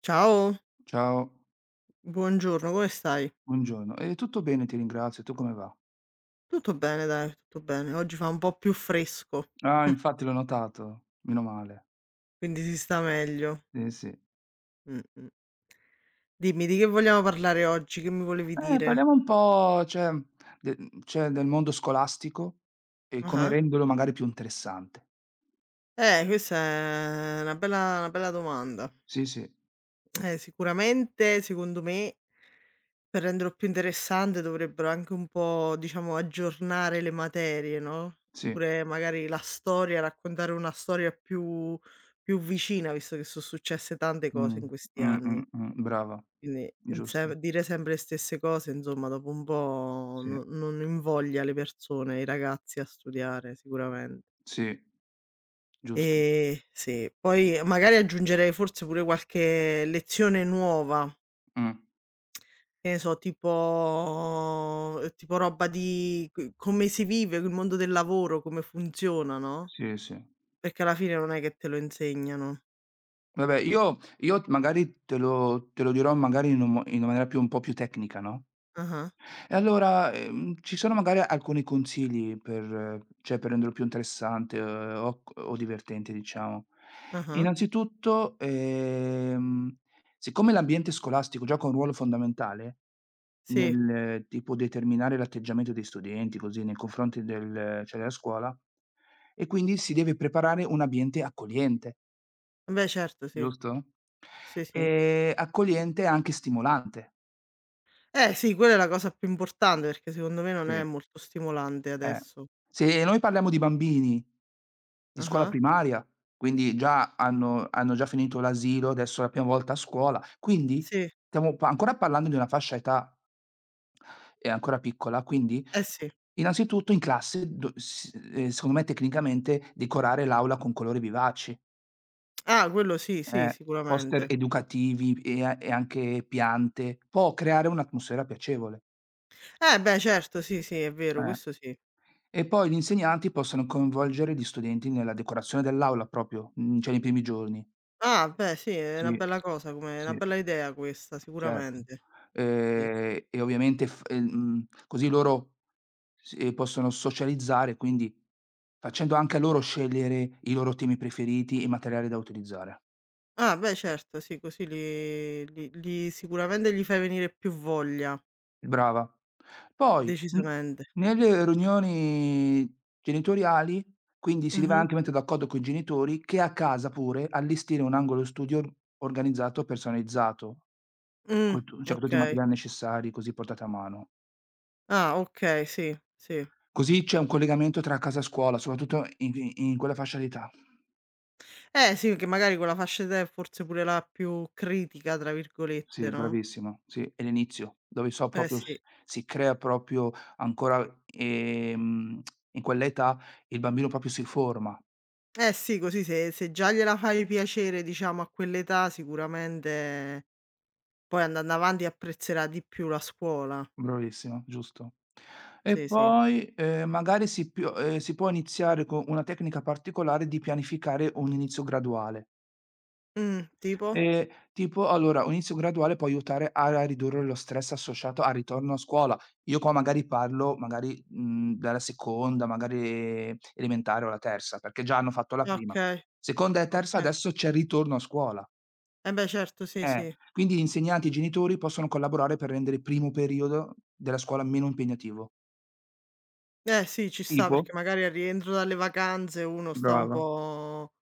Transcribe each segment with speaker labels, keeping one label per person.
Speaker 1: Ciao,
Speaker 2: Ciao,
Speaker 1: buongiorno, come stai?
Speaker 2: buongiorno. Tutto bene, ti ringrazio. Tu come va?
Speaker 1: Tutto bene dai, tutto bene. Oggi fa un po' più fresco,
Speaker 2: Ah, infatti l'ho notato, meno male.
Speaker 1: quindi si sta meglio.
Speaker 2: Sì, sì.
Speaker 1: Mh-mh. Dimmi, di che vogliamo parlare oggi? Che mi volevi dire?
Speaker 2: Parliamo un po', cioè del mondo scolastico e come
Speaker 1: Ah-ah.
Speaker 2: renderlo magari più interessante.
Speaker 1: Questa è una bella domanda.
Speaker 2: Sì, sì,
Speaker 1: Sicuramente, secondo me, per renderlo più interessante dovrebbero anche un po', diciamo, aggiornare le materie, no,
Speaker 2: sì.
Speaker 1: oppure magari la storia, raccontare una storia più vicina, visto che so' successe tante
Speaker 2: Mh.
Speaker 1: cose in questi anni.
Speaker 2: Brava.
Speaker 1: Quindi,
Speaker 2: Giusto.
Speaker 1: sem dire sempre le stesse cose, insomma, dopo un po'
Speaker 2: Sì,
Speaker 1: no non invoglia le persone, i ragazzi a studiare sicuramente.
Speaker 2: sì, giusto.
Speaker 1: Sì, poi magari aggiungerei forse pure qualche lezione nuova,
Speaker 2: Mh.
Speaker 1: che ne so, tipo roba di c come si vive, il mondo del lavoro, come funziona, no,
Speaker 2: Sì, sì.
Speaker 1: perché alla fine non è che te lo insegnano.
Speaker 2: Vabbè, io magari te lo dirò magari in una maniera più un po' più tecnica, no?
Speaker 1: Ah-ah,
Speaker 2: E allora, ci sono magari alcuni consigli per renderlo più interessante, o divertente diciamo.
Speaker 1: ah-ah.
Speaker 2: Innanzitutto, siccome l'ambiente scolastico gioca un ruolo fondamentale
Speaker 1: Sì,
Speaker 2: nel tipo determinare l'atteggiamento dei studenti, così, nei confronti della scuola, e quindi si deve preparare un ambiente accogliente,
Speaker 1: beh certo, sì.
Speaker 2: giusto?
Speaker 1: Sì, sì.
Speaker 2: Accogliente e anche stimolante.
Speaker 1: Eh sì, quella è la cosa più importante, perché secondo me non
Speaker 2: Sì,
Speaker 1: è molto stimolante
Speaker 2: eh.
Speaker 1: adesso.
Speaker 2: Se noi parliamo di bambini di scuola
Speaker 1: Ah-ah.
Speaker 2: primaria, quindi già hanno già finito l'asilo, adesso è la prima volta a scuola, quindi
Speaker 1: Sì,
Speaker 2: stiamo pa ancora parlando di una fascia età, è ancora piccola, quindi
Speaker 1: eh sì.
Speaker 2: innanzitutto in classe do s secondo me tecnicamente decorare l'aula con colori vivaci,
Speaker 1: Ah, quello sì, sì,
Speaker 2: eh, poster
Speaker 1: sicuramente.
Speaker 2: educativi e anche piante, può creare un'atmosfera piacevole,
Speaker 1: Eh beh, certo, sì, sì, è vero,
Speaker 2: eh.
Speaker 1: questo sì.
Speaker 2: E poi gli insegnanti possono coinvolgere gli studenti nella decorazione dell'aula proprio, cioè nei primi giorni.
Speaker 1: Ah, beh sì, è una
Speaker 2: Sì,
Speaker 1: bella cosa come è una
Speaker 2: sì.
Speaker 1: bella idea questa,
Speaker 2: Certo.
Speaker 1: sicuramente. Sì.
Speaker 2: E ovviamente così loro si possono socializzare, quindi facendo anche a loro scegliere i loro temi preferiti, i materiali da utilizzare.
Speaker 1: Ah beh, certo, sì, così li sicuramente gli fai venire più voglia,
Speaker 2: Brava. Poi,
Speaker 1: decisamente.
Speaker 2: nelle riunioni genitoriali, quindi si deve
Speaker 1: Mh-mh.
Speaker 2: anche mettere d'accordo coi genitori, che a casa pure allestire un angolo studio organizzato, personalizzato,
Speaker 1: Mh,
Speaker 2: con tu cioè con tutti i
Speaker 1: okay.
Speaker 2: materiali necessari, così portati a mano.
Speaker 1: Ah, okay, sì, sì.
Speaker 2: Così c'è un collegamento tra casa e scuola, soprattutto in quella fascia d'età.
Speaker 1: Eh sì, perché magari quella fascia d'età è forse pure la più "critica" tra virgolette,
Speaker 2: Sì,
Speaker 1: no,
Speaker 2: bravissima. Sì, è l'inizio, dove so
Speaker 1: eh
Speaker 2: proprio s
Speaker 1: sì.
Speaker 2: si crea proprio ancora, in quell'età il bambino proprio si forma.
Speaker 1: Eh sì, così se già gliela fai piacere diciamo a quell'età sicuramente poi andando avanti apprezzerà di più la scuola.
Speaker 2: Bravissima, giusto. E
Speaker 1: Sì, sì.
Speaker 2: poi, magari si può iniziare con una tecnica particolare di pianificare un inizio graduale.
Speaker 1: Tipo?
Speaker 2: Ehm, tipo allora un inizio graduale può aiutare a ridurre lo stress associato al ritorno a scuola. Io qua magari parlo magari, dalla seconda, magari elementare o la terza, perché già hanno fatto la prima.
Speaker 1: Okay,
Speaker 2: Seconda e terza
Speaker 1: okay.
Speaker 2: adesso c'è il ritorno a scuola.
Speaker 1: Eh beh certo, sì,
Speaker 2: Eh,
Speaker 1: sì.
Speaker 2: quindi gli insegnanti e i genitori possono collaborare per rendere il primo periodo della scuola meno impegnativo.
Speaker 1: Eh sì, ci sta
Speaker 2: Tipo,
Speaker 1: perché magari al rientro dalle vacanze uno sta un
Speaker 2: brava.
Speaker 1: po'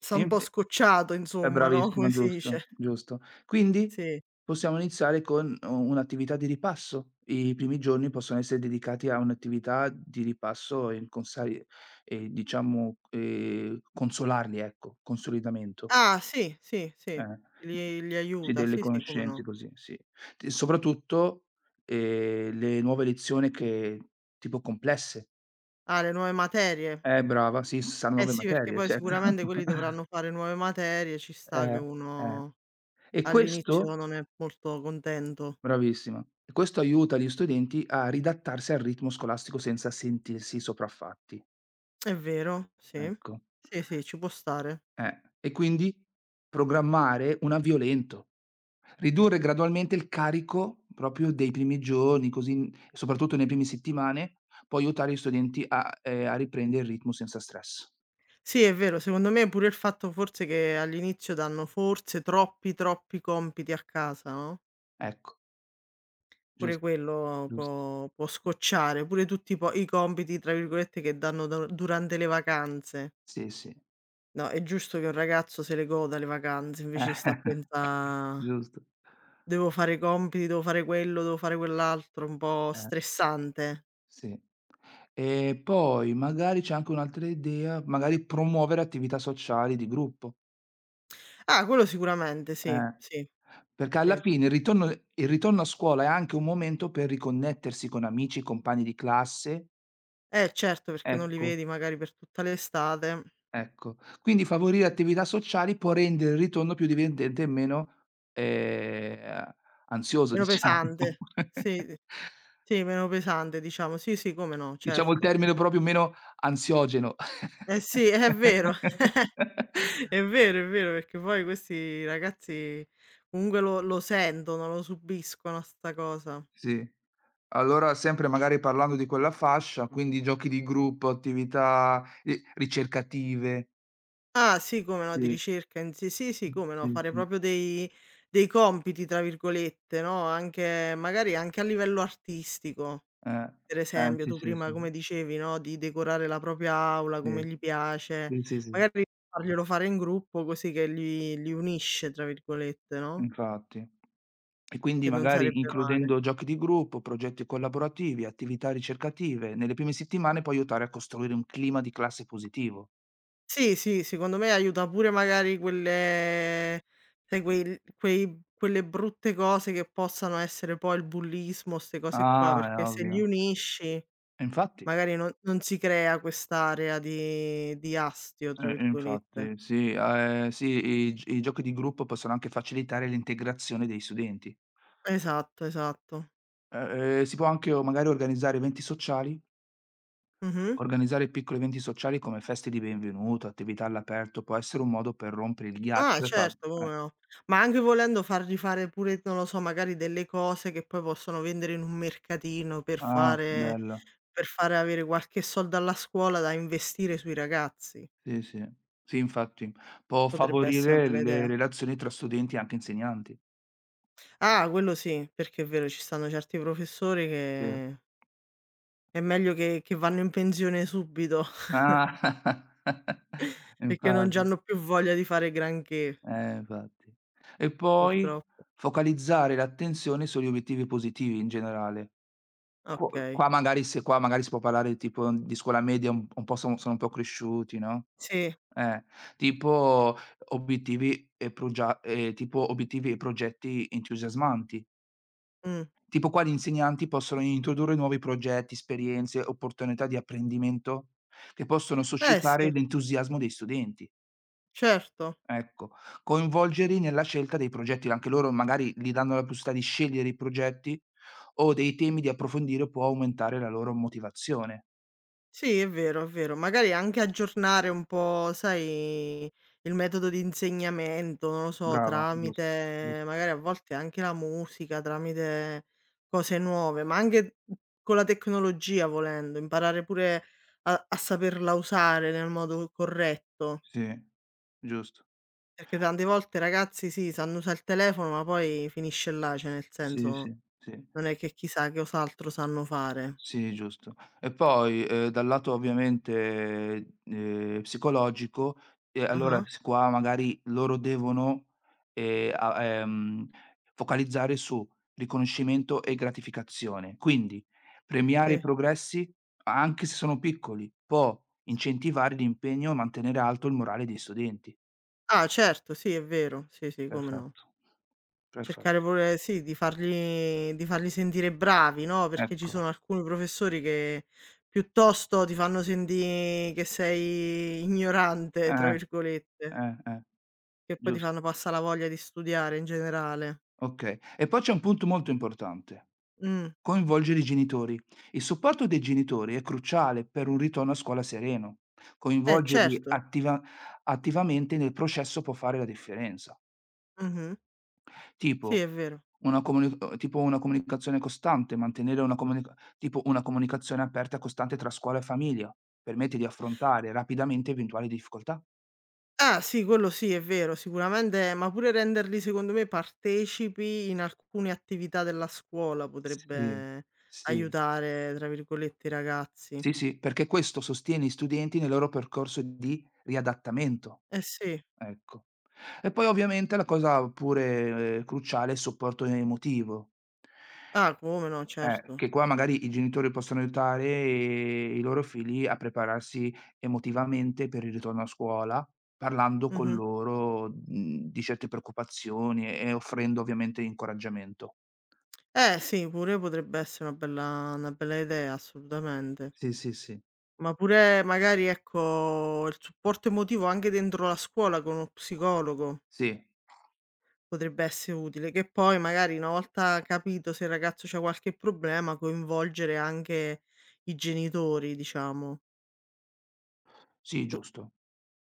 Speaker 1: sta
Speaker 2: E
Speaker 1: un
Speaker 2: inv
Speaker 1: po' scocciato
Speaker 2: È
Speaker 1: insomma, no,
Speaker 2: bravissima,
Speaker 1: come si
Speaker 2: giusto,
Speaker 1: dice.
Speaker 2: giusto. Quindi
Speaker 1: Sì.
Speaker 2: possiamo iniziare con u un'attività di ripasso. I primi giorni possono essere dedicati a un'attività di ripasso e diciamo, consolarli, ecco, consolidamento,
Speaker 1: Ah, sì, sì, sì,
Speaker 2: eh.
Speaker 1: li
Speaker 2: Sì,
Speaker 1: aiuta,
Speaker 2: delle
Speaker 1: sì, sì, come
Speaker 2: conoscenze
Speaker 1: no.
Speaker 2: così, sì. T Soprattutto, le nuove lezioni che tipo complesse.
Speaker 1: Ah, le nuove materie.
Speaker 2: Brava, sì, saran
Speaker 1: Eh
Speaker 2: nuove
Speaker 1: sì, perché
Speaker 2: materie,
Speaker 1: poi
Speaker 2: certo.
Speaker 1: sicuramente quelli dovranno fare nuove materie, ci sta che
Speaker 2: Eh, eh.
Speaker 1: uno
Speaker 2: E
Speaker 1: all'inizio
Speaker 2: questo
Speaker 1: non è molto contento.
Speaker 2: Bravissima. E questo aiuta gli studenti a ridattarsi al ritmo scolastico senza sentirsi sopraffatti,
Speaker 1: È vero, sì.
Speaker 2: ecco.
Speaker 1: Sì, sì, ci può stare.
Speaker 2: E quindi programmare un avvio lento, ridurre gradualmente il carico proprio dei primi giorni, così n soprattutto nei primi settimane, può aiutare gli studenti a riprendere il ritmo senza stress.
Speaker 1: Sì, è vero, secondo me pure il fatto forse che all'inizio danno forse troppi, troppi compiti a casa, no,
Speaker 2: Ecco, gius
Speaker 1: pure quello
Speaker 2: giusto.
Speaker 1: può scocciare, pure tutti i compiti, tra virgolette, che danno do durante le vacanze.
Speaker 2: Sì, sì.
Speaker 1: No, è giusto che un ragazzo se le goda le vacanze, invece sta a pensa:
Speaker 2: Giusto.
Speaker 1: "Devo fare i compiti, devo fare quello, devo fare quell'altro", un po'
Speaker 2: Eh.
Speaker 1: stressante.
Speaker 2: Sì. E poi magari c'è anche un'altra idea, magari promuovere attività sociali di gruppo,
Speaker 1: Ah, quello sicuramente sì,
Speaker 2: eh.
Speaker 1: sì,
Speaker 2: Perché alla
Speaker 1: sì.
Speaker 2: fine il ritorno a scuola è anche un momento per riconnettersi con amici, compagni di classe.
Speaker 1: Eh certo, perché non li
Speaker 2: Ecco,
Speaker 1: vedi magari per tutta l'estate.
Speaker 2: ecco. Quindi favorire attività sociali può rendere il ritorno più divertente e meno, ehm, ansioso
Speaker 1: Meno
Speaker 2: diciamo.
Speaker 1: pesante. Sì, d sì, meno pesante diciamo. Sì, sì, come no,
Speaker 2: Diciamo il
Speaker 1: certo.
Speaker 2: termine proprio meno ansiogeno.
Speaker 1: Eh sì, è vero. È vero, perché poi questi ragazzi comunque lo sentono, lo subiscono 'sta cosa.
Speaker 2: Sì. Allora sempre magari parlando di quella fascia, quindi giochi di gruppo, attività ri ricercative.
Speaker 1: Ah sì, come no, di
Speaker 2: Sì,
Speaker 1: ricerca in sì, sì, sì, come no,
Speaker 2: sì,
Speaker 1: fare
Speaker 2: sì.
Speaker 1: proprio dei "compiti" tra virgolette, no, anche magari anche a livello artistico.
Speaker 2: Eh,
Speaker 1: Per esempio,
Speaker 2: sì,
Speaker 1: tu
Speaker 2: sì, sì,
Speaker 1: prima come dicevi, no, di decorare la propria aula come
Speaker 2: sì.
Speaker 1: gli piace,
Speaker 2: Sì, sì, sì,
Speaker 1: magari farglielo fare in gruppo così che li "unisce" tra virgolette, no,
Speaker 2: infatti. E quindi
Speaker 1: che non
Speaker 2: magari
Speaker 1: sarebbe male.
Speaker 2: includendo giochi di gruppo, progetti collaborativi, attività ricercative, nelle prime settimane può aiutare a costruire un clima di classe positivo.
Speaker 1: Sì, sì, secondo me aiuta pure magari quelle sai quei quei quelle brutte cose che possano essere poi il bullismo, 'ste cose qua,
Speaker 2: Ah,
Speaker 1: perché
Speaker 2: è
Speaker 1: se li
Speaker 2: ovvio.
Speaker 1: unisci
Speaker 2: E infatti.
Speaker 1: magari non si crea quest'area di "astio" tra virgolette.
Speaker 2: Infatti, sì, sì, i giochi di gruppo possono anche facilitare l'integrazione dei studenti.
Speaker 1: Esatto, esatto.
Speaker 2: Si può anche o magari
Speaker 1: Mh-mh.
Speaker 2: organizzare piccoli eventi sociali come feste di benvenuto, attività all'aperto, può essere un modo per rompere il
Speaker 1: Ah
Speaker 2: ghiaccio e fa
Speaker 1: certo, come
Speaker 2: eh.
Speaker 1: no. Ma anche volendo fargli fare pure, non lo so, magari delle cose che poi possono vendere in un mercatino per
Speaker 2: Ah,
Speaker 1: fare
Speaker 2: bella.
Speaker 1: per fare avere qualche soldo alla scuola da investire sui ragazzi.
Speaker 2: Sì, sì. Sì, infatti. Può
Speaker 1: Potrebbe essere una
Speaker 2: favorire
Speaker 1: bella
Speaker 2: le
Speaker 1: idea.
Speaker 2: relazioni tra studenti e anche insegnanti.
Speaker 1: Ah, quello sì, perché è vero, ci stanno certi professori
Speaker 2: Sì.
Speaker 1: che è meglio che vanno in pensione subito,
Speaker 2: Ah.
Speaker 1: perché non
Speaker 2: Infatti.
Speaker 1: c'hanno più voglia di fare granché,
Speaker 2: Infatti. E poi
Speaker 1: purtroppo.
Speaker 2: focalizzare l'attenzione sugli obiettivi positivi in generale. Qu
Speaker 1: Okay.
Speaker 2: qua magari se qua magari si può parlare tipo di scuola media un po' sono un po' cresciuti, no,
Speaker 1: Sì,
Speaker 2: eh, tipo tipo obiettivi e progetti entusiasmanti.
Speaker 1: mh.
Speaker 2: Tipo qua gli insegnanti possono introdurre nuovi progetti, esperienze, opportunità di apprendimento che possono
Speaker 1: Eh
Speaker 2: suscitare
Speaker 1: sì,
Speaker 2: l'entusiasmo dei studenti.
Speaker 1: certo.
Speaker 2: Ecco, coinvolgerli nella scelta dei progetti, anche loro magari gli danno la possibilità di scegliere i progetti o dei temi di approfondire può aumentare la loro motivazione.
Speaker 1: Sì, è vero, è vero. Magari anche aggiornare un po', sai, il metodo di insegnamento, non lo so,
Speaker 2: Brava, giusto, giust
Speaker 1: tramite magari a volte anche la musica, tramite cose nuove, ma anche con la tecnologia volendo, imparare pure a saperla usare nel modo corretto,
Speaker 2: sì, giusto.
Speaker 1: perché tante volte i ragazzi sì, sanno usare il telefono, ma poi finisce là, cioè nel
Speaker 2: Sì,
Speaker 1: senso
Speaker 2: sì, sì.
Speaker 1: non è che chissà che cos'altro sanno fare.
Speaker 2: Sì, giusto. E poi, dal lato ovviamente, psicologico, e allora
Speaker 1: Ah-ah,
Speaker 2: s qua magari loro devono a focalizzare su riconoscimento e gratificazione. Quindi, premiare i
Speaker 1: sì.
Speaker 2: progressi, anche se sono piccoli, può incentivare l'impegno e mantenere alto il morale dei studenti.
Speaker 1: Ah certo, sì è vero. Sì, sì, come no.
Speaker 2: Perfetto,
Speaker 1: Cercare
Speaker 2: perfetto.
Speaker 1: pure sì, di farli sentire bravi, no, perché ci
Speaker 2: Ecco.
Speaker 1: sono alcuni professori che piuttosto ti fanno sentì che sei "ignorante" tra
Speaker 2: Eh,
Speaker 1: virgolette,
Speaker 2: eh, eh,
Speaker 1: che poi ti
Speaker 2: giusto.
Speaker 1: fanno passa la voglia di studiare in generale.
Speaker 2: Okay. E poi c'è un punto molto importante.
Speaker 1: Mh.
Speaker 2: Coinvolgere i genitori. Il supporto dei genitori è cruciale per un ritorno a scuola sereno.
Speaker 1: Eh
Speaker 2: Coinvolgerli
Speaker 1: certo.
Speaker 2: attivamente nel processo può fare la differenza.
Speaker 1: Mh-mh. Sì,
Speaker 2: Tipo
Speaker 1: è vero.
Speaker 2: tipo una comunicazione costante, mantenere una comunicazione aperta e costante tra scuola e famiglia, permette di affrontare rapidamente eventuali difficoltà.
Speaker 1: Ah sì, quello sì, è vero, sicuramente, ma pure renderli secondo me partecipi in alcune attività della scuola
Speaker 2: Sì,
Speaker 1: potrebbe
Speaker 2: sì,
Speaker 1: aiutare, tra virgolette, i ragazzi.
Speaker 2: sì, sì, perché questo sostiene gli studenti nel loro percorso di riadattamento.
Speaker 1: Eh sì.
Speaker 2: Ecco. E poi ovviamente la cosa pure cruciale è il supporto emotivo,
Speaker 1: Ah, come no, certo.
Speaker 2: che qua magari i genitori possono aiutare, i loro figli a prepararsi emotivamente per il ritorno a scuola, parlando con
Speaker 1: Mh-mh.
Speaker 2: loro, di certe preoccupazioni e offrendo ovviamente incoraggiamento.
Speaker 1: Eh sì, pure potrebbe essere una bella idea, assolutamente.
Speaker 2: Sì, sì, sì.
Speaker 1: Ma pure magari, ecco, il supporto emotivo anche dentro la scuola con uno psicologo.
Speaker 2: Sì,
Speaker 1: Potrebbe essere utile, che poi magari una volta capito se il ragazzo c'ha qualche problema, coinvolgere anche i genitori diciamo.
Speaker 2: sì,
Speaker 1: Co
Speaker 2: giusto,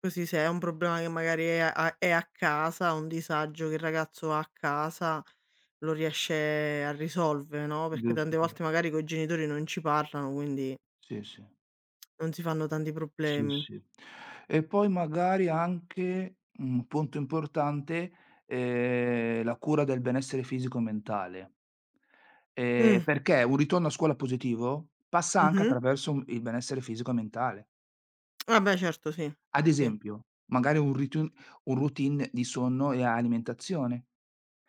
Speaker 1: Così se è un problema che magari è a casa, un disagio che il ragazzo ha a casa, lo riesce a risolvere, no, perché
Speaker 2: giusto.
Speaker 1: tante volte magari coi genitori non ci parlano, quindi
Speaker 2: Sì, sì.
Speaker 1: non si fanno tanti
Speaker 2: Sì,
Speaker 1: problemi.
Speaker 2: sì. E poi magari anche, un punto importante, la cura del benessere fisico e mentale. Ehm,
Speaker 1: Mh,
Speaker 2: perché un ritorno a scuola positivo passa anche
Speaker 1: mh-mh.
Speaker 2: attraverso un il benessere fisico e mentale.
Speaker 1: Ah beh certo sì,
Speaker 2: Ad
Speaker 1: sì.
Speaker 2: esempio, magari un routine di sonno e alimentazione.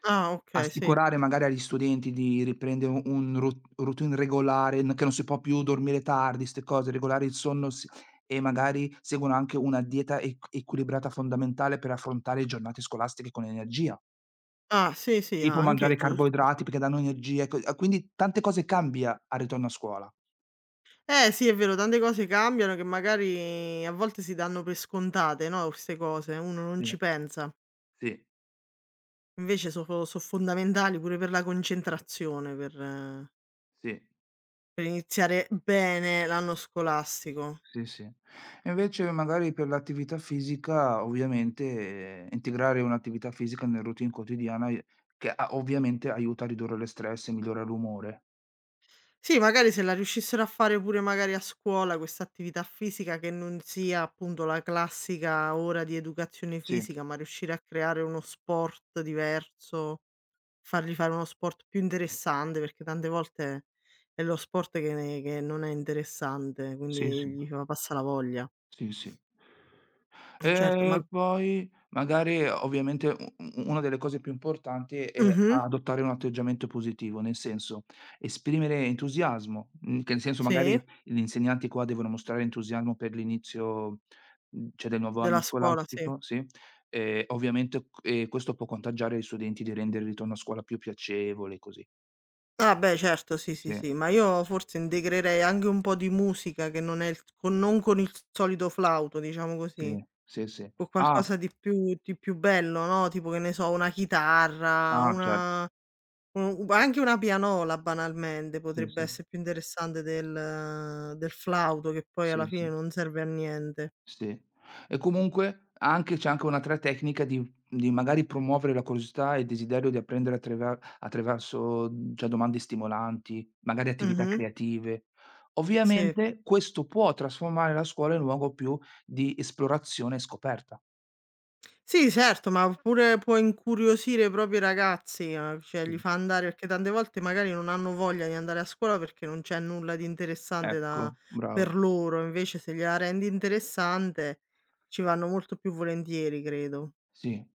Speaker 1: Ah okay, sì.
Speaker 2: Assicurare magari agli studenti di riprendere u un ro routine regolare, n che non si può più dormire tardi, 'ste cose, regolare il sonno s e magari seguono anche una dieta eq equilibrata fondamentale per affrontare le giornate scolastiche con energia,
Speaker 1: Ah sì, sì,
Speaker 2: tipo
Speaker 1: anche
Speaker 2: mangiare
Speaker 1: giusto.
Speaker 2: carboidrati perché danno energia, ecco, quindi tante cose cambia al ritorno a scuola.
Speaker 1: Eh sì, è vero, tante cose cambiano che magari a volte si danno per scontate, no, queste cose, uno non
Speaker 2: Sì,
Speaker 1: ci pensa.
Speaker 2: sì,
Speaker 1: Invece so fondamentali pure per la concentrazione, per eh,
Speaker 2: sì.
Speaker 1: per iniziare bene l'anno scolastico.
Speaker 2: Sì, sì. E invece magari per l'attività fisica, ovviamente, integrare un'attività fisica nel routine quotidiana i che a ovviamente aiuta a ridurre lo stress e migliora l'umore.
Speaker 1: Sì, magari se la riuscissero a fare pure magari a scuola questa attività fisica che non sia appunto la classica ora di educazione
Speaker 2: Sì,
Speaker 1: fisica, ma riuscire a creare uno sport diverso. Fargli fare uno sport più interessante, perché tante volte è lo sport che non è interessante,
Speaker 2: sì,
Speaker 1: quindi
Speaker 2: sì.
Speaker 1: gli fa passa la voglia.
Speaker 2: Sì, sì.
Speaker 1: Certo,
Speaker 2: E
Speaker 1: ma
Speaker 2: poi magari ovviamente u u una delle cose più importanti è
Speaker 1: mh-mh,
Speaker 2: adottare un atteggiamento positivo, nel senso esprimere entusiasmo, che nel senso
Speaker 1: sì,
Speaker 2: magari gli insegnanti qua devono mostrare entusiasmo per l'inizio, cioè del nuovo anno
Speaker 1: della scuola, sì.
Speaker 2: scolastico, sì, ovviamente q questo può contagiare gli studenti di rendere il ritorno a scuola più piacevole e così.
Speaker 1: Ah beh certo, sì,
Speaker 2: Sì,
Speaker 1: sì, sì, ma io forse integrerei anche un po' di musica che non è il con non con il solito flauto, diciamo così,
Speaker 2: sì, sì, sì.
Speaker 1: con
Speaker 2: Ah,
Speaker 1: qualcosa di più bello, no, tipo che ne so, una chitarra,
Speaker 2: ah certo.
Speaker 1: ma anche una pianola banalmente
Speaker 2: Sì,
Speaker 1: potrebbe
Speaker 2: sì.
Speaker 1: essere più interessante del flauto che poi
Speaker 2: Sì,
Speaker 1: alla
Speaker 2: sì.
Speaker 1: fine non serve a niente.
Speaker 2: Sì. E comunque anche c'è anche un'altra tecnica di magari promuovere la curiosità e il desiderio di apprendere attreva attraverso, cioè domande stimolanti, magari attività
Speaker 1: Mh-mh.
Speaker 2: creative.
Speaker 1: Sì.
Speaker 2: Ovviamente questo può trasformare la scuola in luogo più di esplorazione e scoperta.
Speaker 1: Sì certo, ma pure può incuriosire proprio i propri ragazzi, cioè
Speaker 2: Sì.
Speaker 1: li fa andare perché tante volte magari non hanno voglia di andare a scuola perché non c'è nulla di interessante
Speaker 2: Ecco,
Speaker 1: da
Speaker 2: brava.
Speaker 1: per loro, invece se gliela rendi interessante ci vanno molto più volentieri credo.
Speaker 2: Sì.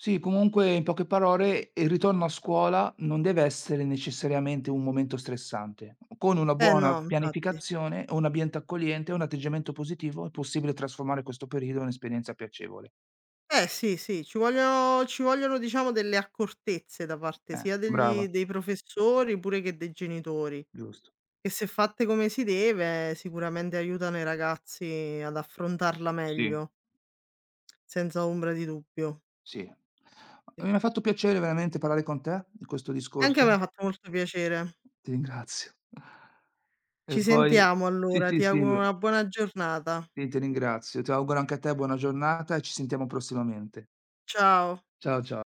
Speaker 2: Sì, comunque in poche parole, il ritorno a scuola non deve essere necessariamente un momento stressante. Con una
Speaker 1: Eh
Speaker 2: buona
Speaker 1: no, infatti.
Speaker 2: pianificazione, un ambiente accogliente e un atteggiamento positivo è possibile trasformare questo periodo in un'esperienza piacevole.
Speaker 1: Eh sì, sì, ci vogliono diciamo delle accortezze da parte sia degli
Speaker 2: Brava,
Speaker 1: dei professori pure che dei genitori,
Speaker 2: giusto.
Speaker 1: che se fatte come si deve sicuramente aiutano i ragazzi ad affrontarla
Speaker 2: Sì,
Speaker 1: meglio, senza ombra di dubbio.
Speaker 2: sì. Mi
Speaker 1: Perché
Speaker 2: ha fatto piacere veramente parlare con te di questo
Speaker 1: anche a
Speaker 2: discorso.
Speaker 1: me ha fatto molto piacere.
Speaker 2: Ti ringrazio. E
Speaker 1: Ci
Speaker 2: poi
Speaker 1: sentiamo
Speaker 2: sì,
Speaker 1: allora, ti
Speaker 2: sì, sì,
Speaker 1: auguro una buona giornata.
Speaker 2: sì, ti ringrazio. Ti auguro anche a te buona giornata e ci sentiamo prossimamente.
Speaker 1: Ciao.
Speaker 2: Ciao, ciao.